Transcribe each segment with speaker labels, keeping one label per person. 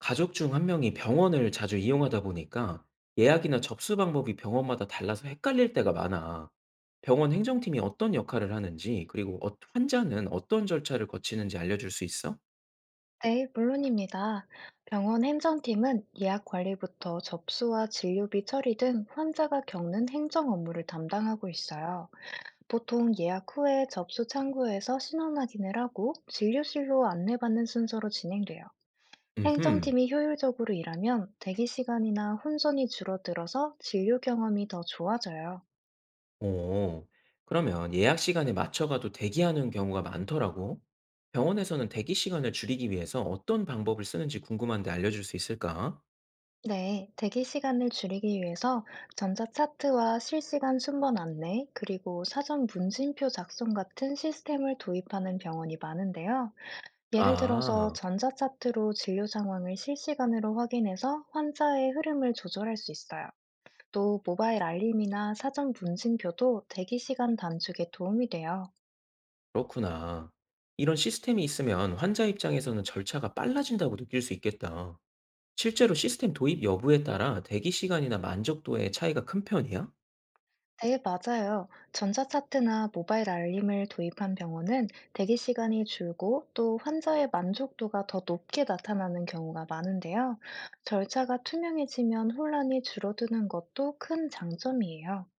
Speaker 1: 가족 중 한 명이 병원을 자주 이용하다 보니까 예약이나 접수 방법이 병원마다 달라서 헷갈릴 때가 많아. 병원 행정팀이 어떤 역할을 하는지, 그리고 환자는 어떤 절차를 거치는지 알려줄 수 있어?
Speaker 2: 네, 물론입니다. 병원 행정팀은 예약 관리부터 접수와 진료비 처리 등 환자가 겪는 행정 업무를 담당하고 있어요. 보통 예약 후에 접수 창구에서 신원 확인을 하고 진료실로 안내받는 순서로 진행돼요.
Speaker 1: 음흠.
Speaker 2: 행정팀이 효율적으로 일하면 대기 시간이나 혼선이 줄어들어서 진료 경험이 더 좋아져요.
Speaker 1: 어, 그러면 예약 시간에 맞춰가도 대기하는 경우가 많더라고. 병원에서는 대기 시간을 줄이기 위해서 어떤 방법을 쓰는지 궁금한데 알려줄 수 있을까?
Speaker 2: 네, 대기 시간을 줄이기 위해서 전자 차트와 실시간 순번 안내, 그리고 사전 문진표 작성 같은 시스템을 도입하는 병원이 많은데요. 예를 들어서
Speaker 1: 아,
Speaker 2: 전자 차트로 진료 상황을 실시간으로 확인해서 환자의 흐름을 조절할 수 있어요. 또 모바일 알림이나 사전 문진표도 대기 시간 단축에 도움이 돼요.
Speaker 1: 그렇구나. 이런 시스템이 있으면 환자 입장에서는 절차가 빨라진다고 느낄 수 있겠다. 실제로 시스템 도입 여부에 따라 대기 시간이나 만족도의 차이가 큰 편이야?
Speaker 2: 네, 맞아요. 전자차트나 모바일 알림을 도입한 병원은 대기 시간이 줄고 또 환자의 만족도가 더 높게 나타나는 경우가 많은데요. 절차가 투명해지면 혼란이 줄어드는 것도 큰 장점이에요.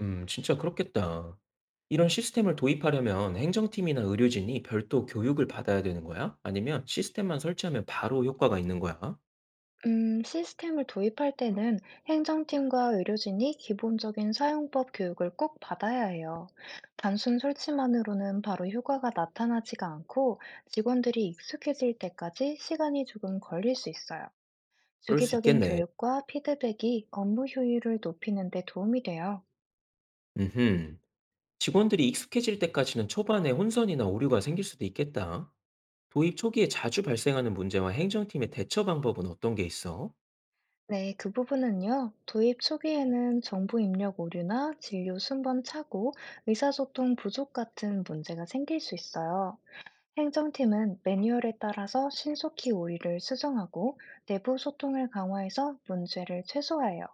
Speaker 1: 진짜 그렇겠다. 이런 시스템을 도입하려면 행정팀이나 의료진이 별도 교육을 받아야 되는 거야? 아니면 시스템만 설치하면 바로 효과가 있는 거야?
Speaker 2: 시스템을 도입할 때는 행정팀과 의료진이 기본적인 사용법 교육을 꼭 받아야 해요. 단순 설치만으로는 바로 효과가 나타나지가 않고 직원들이 익숙해질 때까지 시간이 조금 걸릴 수 있어요.
Speaker 1: 그럴 수
Speaker 2: 주기적인
Speaker 1: 있겠네.
Speaker 2: 교육과 피드백이 업무 효율을 높이는 데 도움이 돼요.
Speaker 1: 음흠. 직원들이 익숙해질 때까지는 초반에 혼선이나 오류가 생길 수도 있겠다. 도입 초기에 자주 발생하는 문제와 행정팀의 대처 방법은 어떤 게 있어?
Speaker 2: 네, 그 부분은요. 도입 초기에는 정보 입력 오류나 진료 순번 착오, 의사소통 부족 같은 문제가 생길 수 있어요. 행정팀은 매뉴얼에 따라서 신속히 오류를 수정하고 내부 소통을 강화해서 문제를 최소화해요.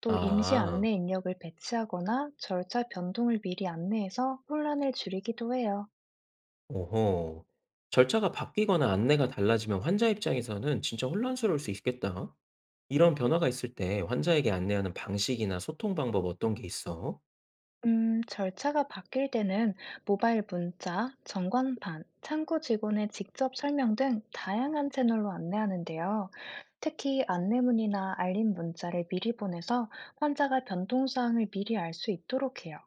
Speaker 2: 또 임시
Speaker 1: 아.
Speaker 2: 안내 입력을 배치하거나 절차 변동을 미리 안내해서 혼란을 줄이기도 해요.
Speaker 1: 오호. 절차가 바뀌거나 안내가 달라지면 환자 입장에서는 진짜 혼란스러울 수 있겠다. 이런 변화가 있을 때 환자에게 안내하는 방식이나 소통 방법 어떤 게 있어?
Speaker 2: 절차가 바뀔 때는 모바일 문자, 전광판, 창구 직원의 직접 설명 등 다양한 채널로 안내하는데요. 특히 안내문이나 알림 문자를 미리 보내서 환자가 변동사항을 미리 알 수 있도록 해요.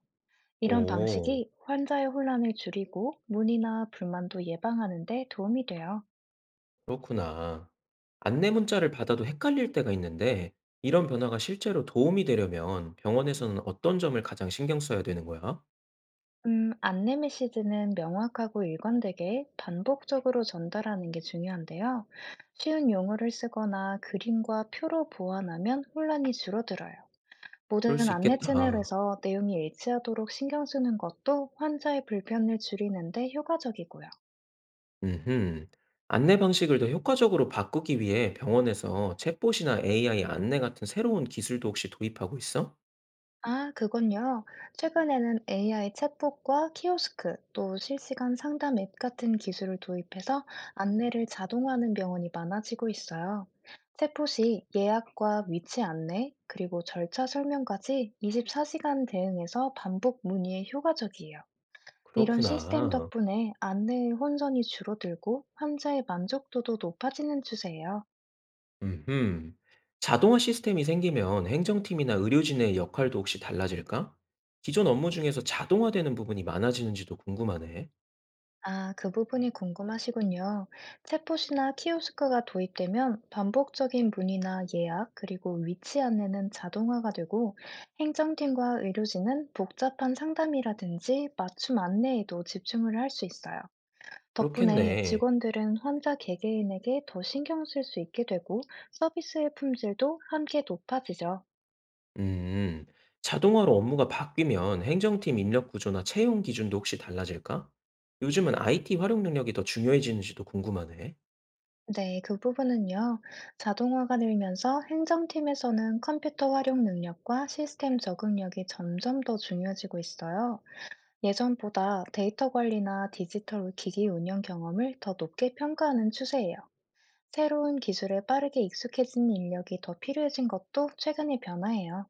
Speaker 2: 이런
Speaker 1: 오,
Speaker 2: 방식이 환자의 혼란을 줄이고 문의나 불만도 예방하는 데 도움이 돼요.
Speaker 1: 그렇구나. 안내 문자를 받아도 헷갈릴 때가 있는데, 이런 변화가 실제로 도움이 되려면 병원에서는 어떤 점을 가장 신경 써야 되는 거야?
Speaker 2: 안내 메시지는 명확하고 일관되게 반복적으로 전달하는 게 중요한데요. 쉬운 용어를 쓰거나 그림과 표로 보완하면 혼란이 줄어들어요.
Speaker 1: 그럴
Speaker 2: 모든
Speaker 1: 수
Speaker 2: 안내
Speaker 1: 있겠다.
Speaker 2: 채널에서 내용이 일치하도록 신경 쓰는 것도 환자의 불편을 줄이는데 효과적이고요.
Speaker 1: 음흠. 안내 방식을 더 효과적으로 바꾸기 위해 병원에서 챗봇이나 AI 안내 같은 새로운 기술도 혹시 도입하고 있어?
Speaker 2: 아, 그건요. 최근에는 AI 챗봇과 키오스크, 또 실시간 상담 앱 같은 기술을 도입해서 안내를 자동화하는 병원이 많아지고 있어요. 챗봇이 예약과 위치 안내, 그리고 절차 설명까지 24시간 대응해서 반복 문의에 효과적이에요. 이런 시스템
Speaker 1: 그렇구나.
Speaker 2: 덕분에 안내의 혼선이 줄어들고 환자의 만족도도 높아지는 추세예요.
Speaker 1: 음흠. 자동화 시스템이 생기면 행정팀이나 의료진의 역할도 혹시 달라질까? 기존 업무 중에서 자동화되는 부분이 많아지는지도 궁금하네.
Speaker 2: 아, 그 부분이 궁금하시군요. 챗봇이나 키오스크가 도입되면 반복적인 문의나 예약, 그리고 위치 안내는 자동화가 되고 행정팀과 의료진은 복잡한 상담이라든지 맞춤 안내에도 집중을 할 수 있어요. 덕분에
Speaker 1: 그렇겠네.
Speaker 2: 직원들은 환자 개개인에게 더 신경 쓸 수 있게 되고 서비스의 품질도 함께 높아지죠.
Speaker 1: 음, 자동화로 업무가 바뀌면 행정팀 인력 구조나 채용 기준도 혹시 달라질까? 요즘은 IT 활용 능력이 더 중요해지는지도 궁금하네.
Speaker 2: 네, 그 부분은요. 자동화가 늘면서 행정팀에서는 컴퓨터 활용 능력과 시스템 적응력이 점점 더 중요해지고 있어요. 예전보다 데이터 관리나 디지털 기기 운영 경험을 더 높게 평가하는 추세예요. 새로운 기술에 빠르게 익숙해진 인력이 더 필요해진 것도 최근의 변화예요.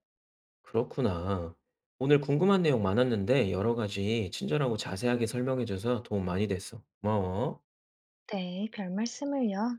Speaker 1: 그렇구나. 오늘 궁금한 내용 많았는데 여러 가지 친절하고 자세하게 설명해줘서 도움 많이 됐어. 고마워.
Speaker 2: 네, 별 말씀을요.